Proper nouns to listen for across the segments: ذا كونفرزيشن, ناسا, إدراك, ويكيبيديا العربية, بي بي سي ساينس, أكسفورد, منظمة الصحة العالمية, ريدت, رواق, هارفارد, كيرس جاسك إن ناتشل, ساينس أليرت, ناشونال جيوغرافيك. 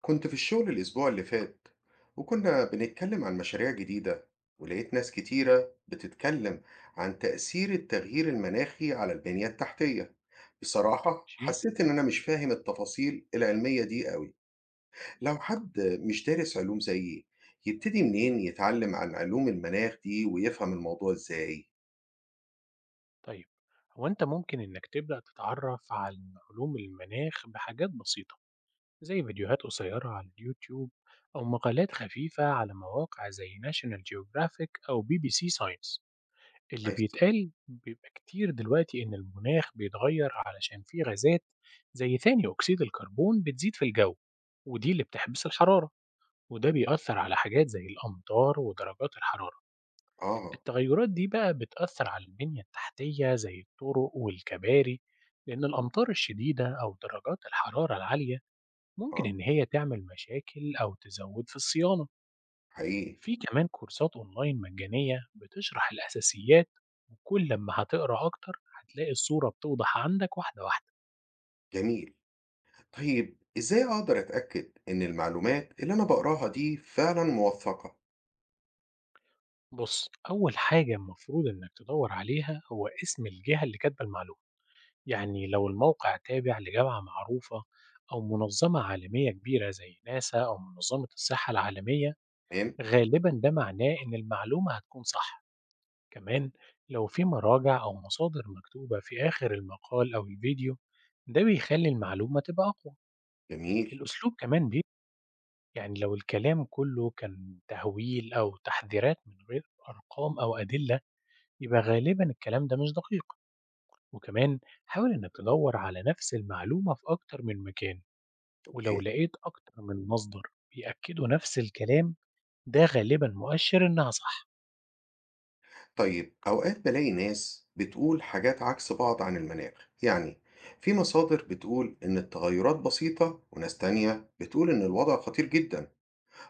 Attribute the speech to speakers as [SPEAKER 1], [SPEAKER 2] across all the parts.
[SPEAKER 1] كنت في الشغل الأسبوع اللي فات، وكنا بنتكلم عن مشاريع جديدة، ولقيت ناس كتيرة بتتكلم عن تأثير التغيير المناخي على البنية التحتية. بصراحة
[SPEAKER 2] ماشي.
[SPEAKER 1] حسيت إن أنا مش فاهم التفاصيل العلمية دي قوي. لو حد مش دارس علوم زيي، يبتدي منين يتعلم عن علوم المناخ دي ويفهم الموضوع إزاي؟
[SPEAKER 2] طيب، هو أنت ممكن إنك تبدأ تتعرف على علوم المناخ بحاجات بسيطة، زي فيديوهات قصيرة على اليوتيوب، أو مقالات خفيفة على مواقع زي ناشونال جيوغرافيك أو بي بي سي ساينس. اللي
[SPEAKER 1] عايز
[SPEAKER 2] بيتقال بيبقى كتير دلوقتي إن المناخ بيتغير علشان فيه غازات زي ثاني أكسيد الكربون بتزيد في الجو، ودي اللي بتحبس الحرارة، وده بيأثر على حاجات زي الأمطار ودرجات الحرارة.
[SPEAKER 1] آه.
[SPEAKER 2] التغيرات دي بقى بتأثر على البنية التحتية زي الطرق والكباري، لأن الأمطار الشديدة أو درجات الحرارة العالية ممكن
[SPEAKER 1] آه،
[SPEAKER 2] إن هي تعمل مشاكل أو تزود في الصيانة.
[SPEAKER 1] حقيقي.
[SPEAKER 2] في كمان كورسات أونلاين مجانية بتشرح الأساسيات، وكل ما هتقرأ أكتر هتلاقي الصورة بتوضح عندك واحدة واحدة.
[SPEAKER 1] جميل. طيب، إزاي أقدر أتأكد إن المعلومات اللي أنا بقراها دي فعلا موثقة؟
[SPEAKER 2] بص، أول حاجة المفروض إنك تدور عليها هو اسم الجهة اللي كاتبة المعلومة. يعني لو الموقع تابع لجامعة معروفة أو منظمة عالمية كبيرة زي ناسا أو منظمة الصحة العالمية،
[SPEAKER 1] تمام.
[SPEAKER 2] غالبا ده معناه إن المعلومة هتكون صح. كمان، لو في مراجع أو مصادر مكتوبة في آخر المقال أو الفيديو، ده بيخلي المعلومة تبقى أقوى.
[SPEAKER 1] جميل.
[SPEAKER 2] الأسلوب كمان يعني لو الكلام كله كان تهويل أو تحذيرات من غير أرقام أو أدلة، يبقى غالبا الكلام ده مش دقيق. وكمان حاول إنك تدور على نفس المعلومة في أكتر من مكان، ولو
[SPEAKER 1] أوكي.
[SPEAKER 2] لقيت أكتر من مصدر بيأكدوا نفس الكلام، ده غالبا مؤشر إنها صح.
[SPEAKER 1] طيب، أوقات بالاقي ناس بتقول حاجات عكس بعض عن المناخ، يعني في مصادر بتقول إن التغيرات بسيطة وناس تانية بتقول إن الوضع خطير جدا.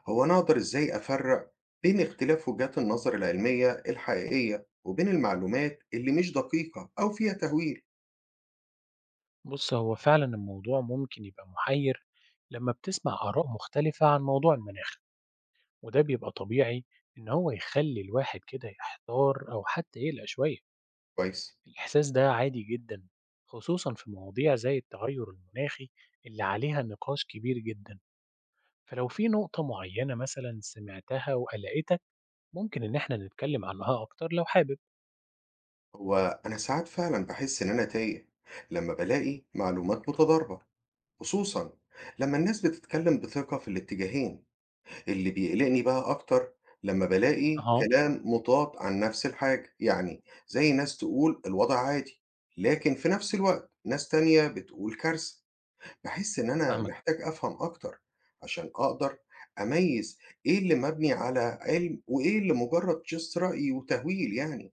[SPEAKER 1] هو أنا أقدر إزاي أفرق بين اختلاف وجهات النظر العلمية الحقيقية وبين المعلومات اللي مش دقيقة أو فيها تهويل؟
[SPEAKER 2] بص، هو فعلا الموضوع ممكن يبقى محير لما بتسمع آراء مختلفة عن موضوع المناخ، وده بيبقى طبيعي إن هو يخلي الواحد كده يحتار أو حتى يقلق شوية.
[SPEAKER 1] كويس.
[SPEAKER 2] الإحساس ده عادي جدا، خصوصا في مواضيع زي التغير المناخي اللي عليها نقاش كبير جدا. فلو في نقطة معينة مثلا سمعتها وقلقتك، ممكن إن احنا نتكلم عنها أكتر لو حابب.
[SPEAKER 1] هو أنا ساعات فعلا بحس إن أنا تايه لما بلاقي معلومات متضاربة، خصوصا لما الناس بتتكلم بثقة في الاتجاهين. اللي بيقلقني بقى أكتر لمّا بالاقي
[SPEAKER 2] أها.
[SPEAKER 1] كلام مضاد عن نفس الحاجة، يعني زي ناس تقول الوضع عادي، لكن في نفس الوقت ناس تانية بتقول كارثة. باحس إن أنا
[SPEAKER 2] فاهمك.
[SPEAKER 1] محتاج أفهم أكتر عشان أقدر أميّز إيه اللي مبني على علم وإيه اللي مجرد just رأي وتهويل يعني.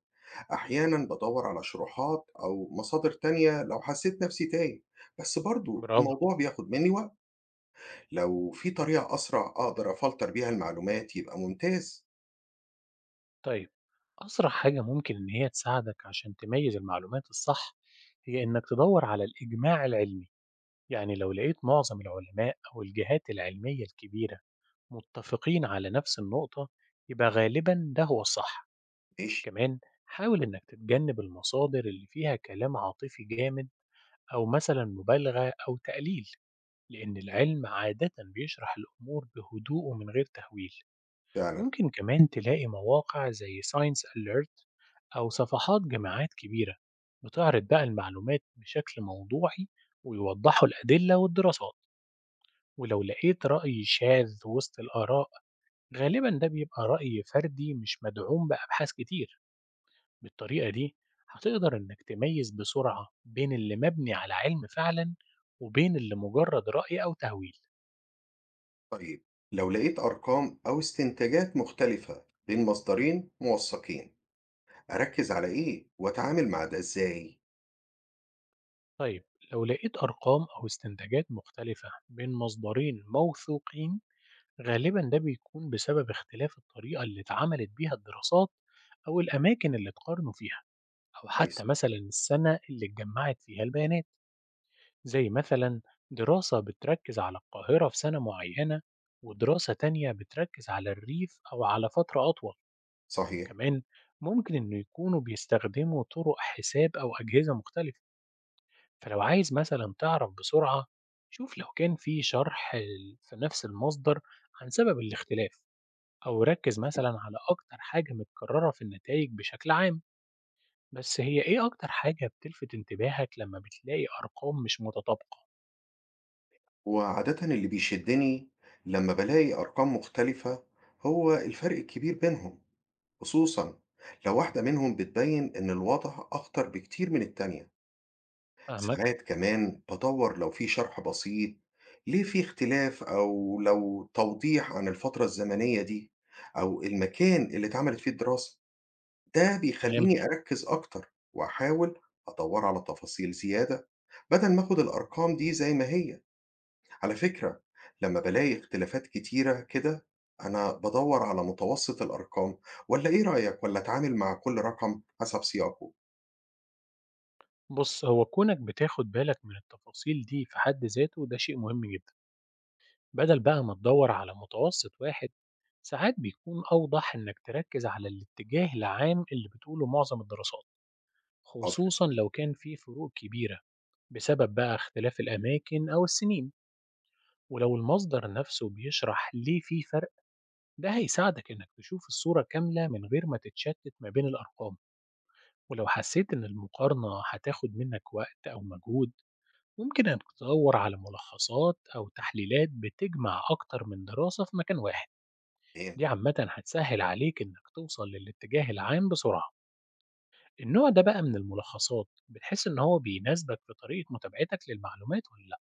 [SPEAKER 1] أحيانًا بادوّر على شروحات أو مصادر تانية لو حسيت نفسي تايه، بس برضه
[SPEAKER 2] برافو.
[SPEAKER 1] الموضوع بياخد مني وقت. لو في طريقة أسرع أقدر أفلتر بيها المعلومات يبقى ممتاز.
[SPEAKER 2] طيب، أسرع حاجة ممكن إن هي تساعدك عشان تميز المعلومات الصح هي إنك تدور على الإجماع العلمي، يعني لو لقيت معظم العلماء أو الجهات العلمية الكبيرة متفقين على نفس النقطة، يبقى غالبًا ده هو الصح.
[SPEAKER 1] ماشي.
[SPEAKER 2] كمان، حاول إنك تتجنب المصادر اللي فيها كلام عاطفي جامد، أو مثلًا مبالغة أو تقليل، لأن العلم عادة بيشرح الأمور بهدوء ومن غير تهويل.
[SPEAKER 1] فعلا.
[SPEAKER 2] ممكن كمان تلاقي مواقع زي ساينس أليرت أو صفحات جامعات كبيرة بتعرض بقى المعلومات بشكل موضوعي ويوضحوا الأدلة والدراسات. ولو لقيت رأي شاذ وسط الآراء، غالبا ده بيبقى رأي فردي مش مدعوم بأبحاث كتير. بالطريقة دي هتقدر إنك تميز بسرعة بين اللي مبني على علم فعلا وبين اللي مجرد رأي أو تهويل.
[SPEAKER 1] طيب، لو لقيت أرقام أو استنتاجات مختلفة بين مصدرين موثقين، أركز على إيه وأتعامل مع ده إزاي؟
[SPEAKER 2] طيب، لو لقيت أرقام أو استنتاجات مختلفة بين مصدرين موثوقين، غالبا ده بيكون بسبب اختلاف الطريقة اللي اتعملت بيها الدراسات، أو الأماكن اللي اتقارنوا فيها، أو حتى
[SPEAKER 1] كويس.
[SPEAKER 2] مثلا السنة اللي اتجمعت فيها البيانات. زي مثلا دراسة بتركز على القاهرة في سنة معينة، ودراسة تانية بتركز على الريف أو على فترة أطول.
[SPEAKER 1] صحيح.
[SPEAKER 2] كمان ممكن إنه يكونوا بيستخدموا طرق حساب أو أجهزة مختلفة. فلو عايز مثلا تعرف بسرعة، شوف لو كان في شرح في نفس المصدر عن سبب الاختلاف، أو ركز مثلا على أكتر حاجة متكررة في النتائج بشكل عام. بس هي إيه أكتر حاجة بتلفت انتباهك لما بتلاقي أرقام مش متطابقة؟
[SPEAKER 1] وعادة اللي بيشدني لما بلاقي أرقام مختلفة هو الفرق الكبير بينهم، خصوصا لو واحدة منهم بتبين إن الوضع أخطر بكتير من التانية.
[SPEAKER 2] فاهمك؟
[SPEAKER 1] ساعات كمان بدور لو في شرح بسيط ليه في اختلاف، أو لو توضيح عن الفترة الزمنية دي أو المكان اللي اتعملت فيه الدراسة. ده
[SPEAKER 2] تمام.
[SPEAKER 1] بيخليني أركز أكتر وأحاول أدور على تفاصيل زيادة بدل ما أخد الأرقام دي زي ما هي. على فكرة، لما بلاقي اختلافات كتيرة كده، أنا بدور على متوسط الأرقام، ولا إيه رأيك؟ ولا أتعامل مع كل رقم حسب سياقه؟
[SPEAKER 2] بص، هو كونك بتاخد بالك من التفاصيل دي في حد ذاته ده شيء مهم جدا. بدل بقى ما تدور على متوسط واحد، ساعات بيكون أوضح إنك تركز على الاتجاه العام اللي بتقوله معظم الدراسات،
[SPEAKER 1] حاضر.
[SPEAKER 2] خصوصا لو كان في فروق كبيرة بسبب بقى اختلاف الأماكن أو السنين. ولو المصدر نفسه بيشرح ليه في فرق، ده هيساعدك إنك تشوف الصورة كاملة من غير ما تتشتت ما بين الأرقام. ولو حسيت إن المقارنة هتاخد منك وقت أو مجهود، ممكن إنك تدور على ملخصات أو تحليلات بتجمع أكتر من دراسة في مكان واحد. دي عامة هتسهل عليك إنك توصل للاتجاه العام بسرعة. النوع ده بقى من الملخصات بتحس إن هو بيناسبك في طريقة متابعتك للمعلومات ولا لأ؟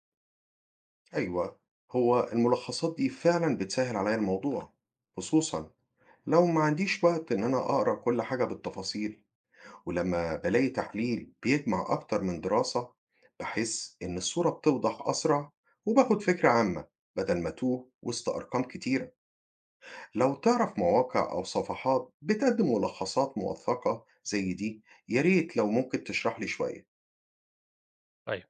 [SPEAKER 1] أيوة، هو الملخصات دي فعلا بتسهل عليا الموضوع، خصوصا لو ما عنديش وقت إن أنا أقرأ كل حاجة بالتفاصيل. ولما بلاقي تحليل بيجمع أكتر من دراسة، بحس إن الصورة بتوضح أسرع وباخد فكرة عامة بدل ما توه وسط أرقام كتيرة. لو تعرف مواقع أو صفحات بتقدم ملخصات موثقة زي دي، يا ريت لو ممكن تشرح لي شوية.
[SPEAKER 2] طيب،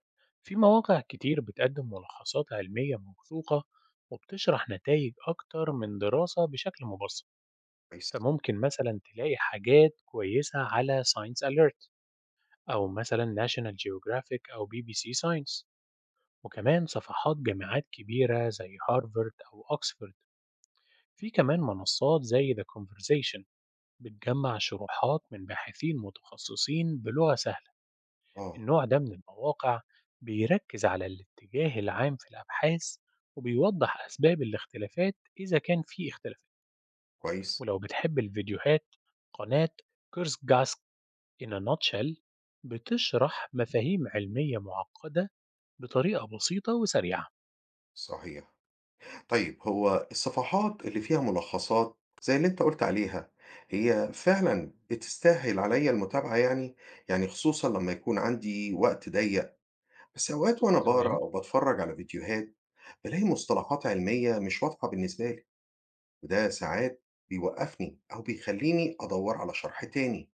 [SPEAKER 2] في مواقع كتير بتقدم ملخصات علمية موثوقة وبتشرح نتائج أكتر من دراسة بشكل مبسط.
[SPEAKER 1] كويس.
[SPEAKER 2] فممكن مثلا تلاقي حاجات كويسة على ساينس أليرت، أو مثلا ناشونال جيوغرافيك أو بي بي سي ساينس، وكمان صفحات جامعات كبيرة زي هارفارد أو أكسفورد. في كمان منصات زي ذا كونفرزيشن بتجمع شروحات من باحثين متخصصين بلغة سهلة.
[SPEAKER 1] آه.
[SPEAKER 2] النوع ده من المواقع بيركز على الاتجاه العام في الأبحاث، وبيوضح أسباب الاختلافات إذا كان في اختلافات.
[SPEAKER 1] كويس.
[SPEAKER 2] ولو بتحب الفيديوهات، قناة كيرس جاسك إن ناتشل بتشرح مفاهيم علمية معقدة بطريقة بسيطة وسريعة.
[SPEAKER 1] صحيح. طيب، هو الصفحات اللي فيها ملخصات زي اللي انت قلت عليها، هي فعلا بتستاهل عليا المتابعة يعني، يعني خصوصا لما يكون عندي وقت ضيق. بس اوقات وانا بقرا
[SPEAKER 2] تمام.
[SPEAKER 1] او بتفرج على فيديوهات، بلاقي مصطلحات علمية مش واضحة بالنسبة لي، وده ساعات بيوقفني او بيخليني ادور على شرح تاني.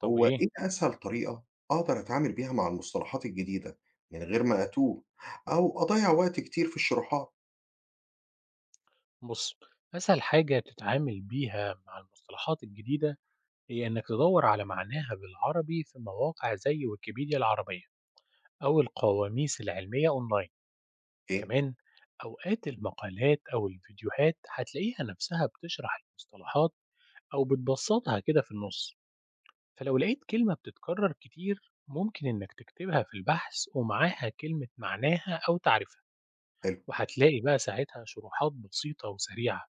[SPEAKER 2] طب
[SPEAKER 1] هو
[SPEAKER 2] إيه،
[SPEAKER 1] ايه اسهل طريقة اقدر اتعامل بيها مع المصطلحات الجديدة من غير ما اتوه او اضيع وقت كتير في الشروحات؟
[SPEAKER 2] بص، أسهل حاجة تتعامل بيها مع المصطلحات الجديدة هي إنك تدور على معناها بالعربي في مواقع زي ويكيبيديا العربية أو القواميس العلمية أونلاين.
[SPEAKER 1] ايه.
[SPEAKER 2] كمان أوقات المقالات أو الفيديوهات هتلاقيها نفسها بتشرح المصطلحات أو بتبسطها كده في النص. فلو لقيت كلمة بتتكرر كتير، ممكن إنك تكتبها في البحث ومعاها كلمة معناها أو تعريفها، وهتلاقي بقى ساعتها شروحات بسيطة وسريعة.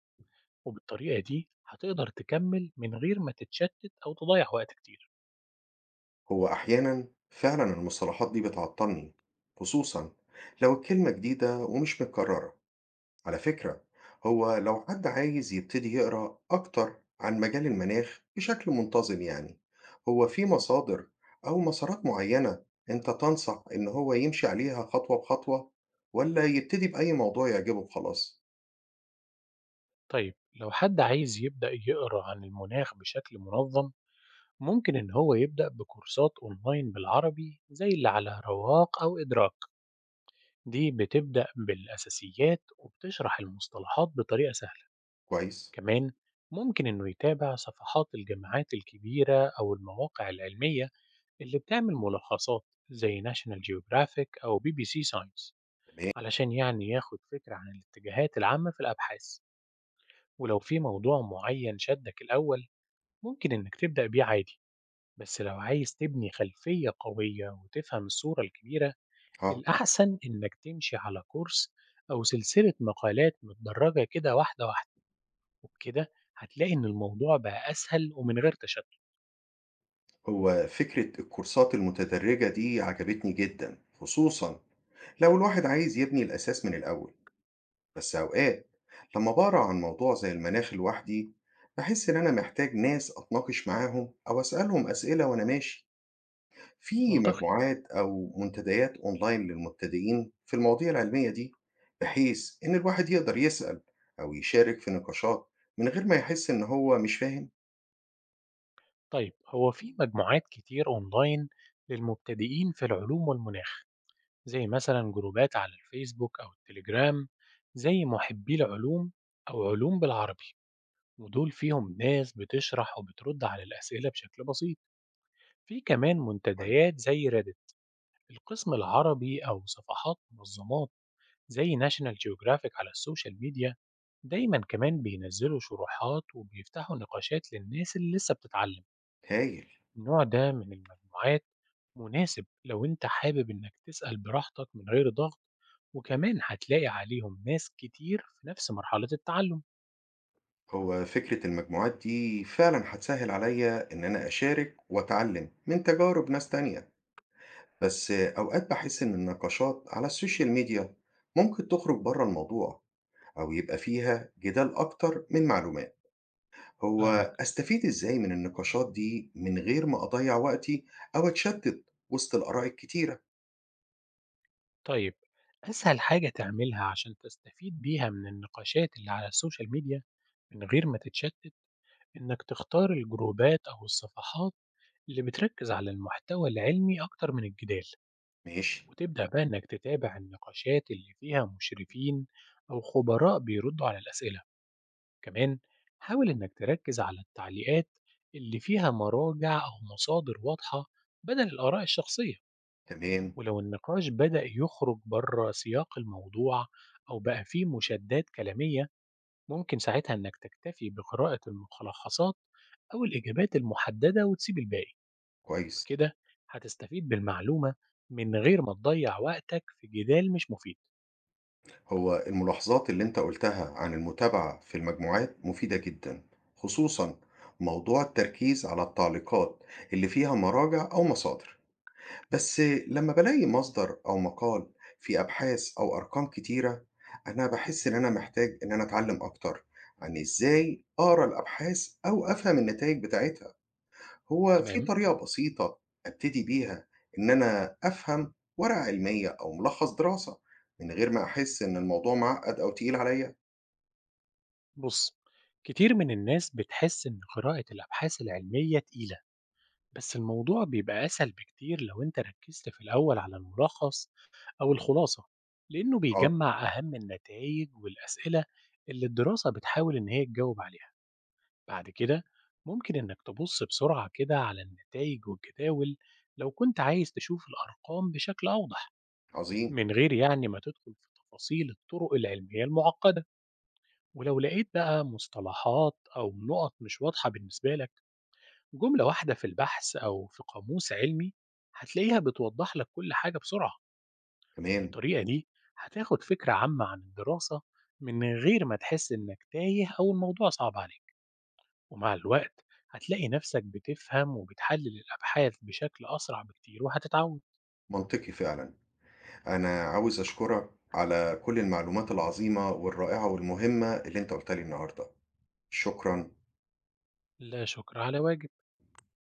[SPEAKER 2] وبالطريقة دي هتقدر تكمل من غير ما تتشتت أو تضيع وقت كتير.
[SPEAKER 1] هو أحيانا فعلا المصطلحات دي بتعطلني، خصوصا لو الكلمة جديدة ومش متكررة. على فكرة، هو لو حد عايز يبتدي يقرأ أكتر عن مجال المناخ بشكل منتظم يعني، هو في مصادر أو مسارات معينة أنت تنصح إن هو يمشي عليها خطوة بخطوة، ولا يبتدي بأي موضوع يعجبه وخلاص؟
[SPEAKER 2] طيب، لو حد عايز يبدأ يقرأ عن المناخ بشكل منظم، ممكن إن هو يبدأ بكورسات أونلاين بالعربي زي اللي على رواق أو إدراك. دي بتبدأ بالأساسيات وبتشرح المصطلحات بطريقة سهلة.
[SPEAKER 1] كويس.
[SPEAKER 2] كمان ممكن إنه يتابع صفحات الجامعات الكبيرة أو المواقع العلمية اللي بتعمل ملخصات زي ناشونال جيوغرافيك أو بي بي سي ساينس،
[SPEAKER 1] تمام.
[SPEAKER 2] علشان يعني ياخد فكرة عن الاتجاهات العامة في الأبحاث. ولو في موضوع معين شدك الأول، ممكن إنك تبدأ بيه عادي، بس لو عايز تبني خلفية قوية وتفهم الصورة الكبيرة،
[SPEAKER 1] اه.
[SPEAKER 2] الأحسن إنك تمشي على كورس أو سلسلة مقالات متدرجة كده واحدة واحدة. وبكده هتلاقي إن الموضوع بقى أسهل ومن غير تشتت.
[SPEAKER 1] هو فكرة الكورسات المتدرجة دي عجبتني جدا، خصوصا لو الواحد عايز يبني الأساس من الأول. بس أوقات لما بقرأ عن موضوع زي المناخ لوحدي، بحس إن أنا محتاج ناس أتناقش معاهم أو أسألهم أسئلة وأنا ماشي في
[SPEAKER 2] منطقي.
[SPEAKER 1] مجموعات أو منتديات أونلاين للمبتدئين في المواضيع العلمية دي، بحيث إن الواحد يقدر يسأل أو يشارك في نقاشات من غير ما يحس إن هو مش فاهم.
[SPEAKER 2] طيب، هو في مجموعات كتير أونلاين للمبتدئين في العلوم والمناخ، زي مثلا جروبات على الفيسبوك أو التليجرام، زي محبي العلوم أو علوم بالعربي. ودول فيهم ناس بتشرح وبترد على الأسئلة بشكل بسيط. في كمان منتديات زي ريدت، القسم العربي، أو صفحات منظمات زي ناشونال جيوغرافيك على السوشيال ميديا. دايما كمان بينزلوا شروحات وبيفتحوا نقاشات للناس اللي لسه بتتعلم.
[SPEAKER 1] هايل.
[SPEAKER 2] النوع ده من المجموعات مناسب لو انت حابب انك تسأل براحتك من غير ضغط، وكمان هتلاقي عليهم ناس كتير في نفس مرحلة التعلم.
[SPEAKER 1] هو فكرة المجموعات دي فعلا هتسهل عليا إن أنا أشارك وأتعلم من تجارب ناس تانية. بس أوقات بحس إن النقاشات على السوشيال ميديا ممكن تخرج بره الموضوع أو يبقى فيها جدال أكتر من معلومات. هو
[SPEAKER 2] فاهمك.
[SPEAKER 1] أستفيد إزاي من النقاشات دي من غير ما أضيع وقتي أو أتشتت وسط الآراء الكتيرة؟
[SPEAKER 2] طيب، أسهل حاجة تعملها عشان تستفيد بيها من النقاشات اللي على السوشيال ميديا من غير ما تتشتت، إنك تختار الجروبات أو الصفحات اللي بتركز على المحتوى العلمي أكتر من الجدال،
[SPEAKER 1] ماشي.
[SPEAKER 2] وتبدأ بقى إنك تتابع النقاشات اللي فيها مشرفين أو خبراء بيردوا على الأسئلة. كمان حاول إنك تركز على التعليقات اللي فيها مراجع أو مصادر واضحة بدل الآراء الشخصية.
[SPEAKER 1] تمام.
[SPEAKER 2] ولو النقاش بدأ يخرج بره سياق الموضوع أو بقى فيه مشادات كلامية، ممكن ساعتها إنك تكتفي بقراءة الملخصات أو الإجابات المحددة وتسيب الباقي.
[SPEAKER 1] كويس.
[SPEAKER 2] وكده هتستفيد بالمعلومة من غير ما تضيع وقتك في جدال مش مفيد.
[SPEAKER 1] هو الملاحظات اللي أنت قلتها عن المتابعة في المجموعات مفيدة جدا، خصوصا موضوع التركيز على التعليقات اللي فيها مراجع أو مصادر. بس لما بالاقي مصدر أو مقال فيه أبحاث أو أرقام كتيرة، أنا بحس إن أنا محتاج إن أنا أتعلم أكتر عن إزاي أقرأ الأبحاث أو أفهم النتائج بتاعتها. هو في
[SPEAKER 2] تمام.
[SPEAKER 1] طريقة بسيطة أبتدي بيها إن أنا أفهم ورقة علمية أو ملخص دراسة من غير ما أحس إن الموضوع معقد أو تقيل عليا؟
[SPEAKER 2] بص، كتير من الناس بتحس إن قراءة الأبحاث العلمية تقيلة، بس الموضوع بيبقى أسهل بكتير لو أنت ركزت في الأول على الملخص أو الخلاصة، لأنه
[SPEAKER 1] آه.
[SPEAKER 2] بيجمع أهم النتائج والأسئلة اللي الدراسة بتحاول إن هي تجاوب عليها. بعد كده، ممكن إنك تبص بسرعة كده على النتائج والجداول لو كنت عايز تشوف الأرقام بشكل أوضح،
[SPEAKER 1] عظيم.
[SPEAKER 2] من غير يعني ما تدخل في تفاصيل الطرق العلمية المعقدة. ولو لقيت بقى مصطلحات أو نقط مش واضحة بالنسبة لك، جملة واحدة في البحث أو في قاموس علمي هتلاقيها بتوضح لك كل حاجة بسرعة.
[SPEAKER 1] تمام.
[SPEAKER 2] وبالطريقة دي هتاخد فكرة عامة عن الدراسة من غير ما تحس إنك تايه أو الموضوع صعب عليك. ومع الوقت، هتلاقي نفسك بتفهم وبتحلل الأبحاث بشكل أسرع بكتير وهتتعود.
[SPEAKER 1] منطقي فعلا. أنا عاوز أشكرك على كل المعلومات العظيمة والرائعة والمهمة اللي أنت قلتها لي النهاردة. شكرا.
[SPEAKER 2] لا شكر على واجب.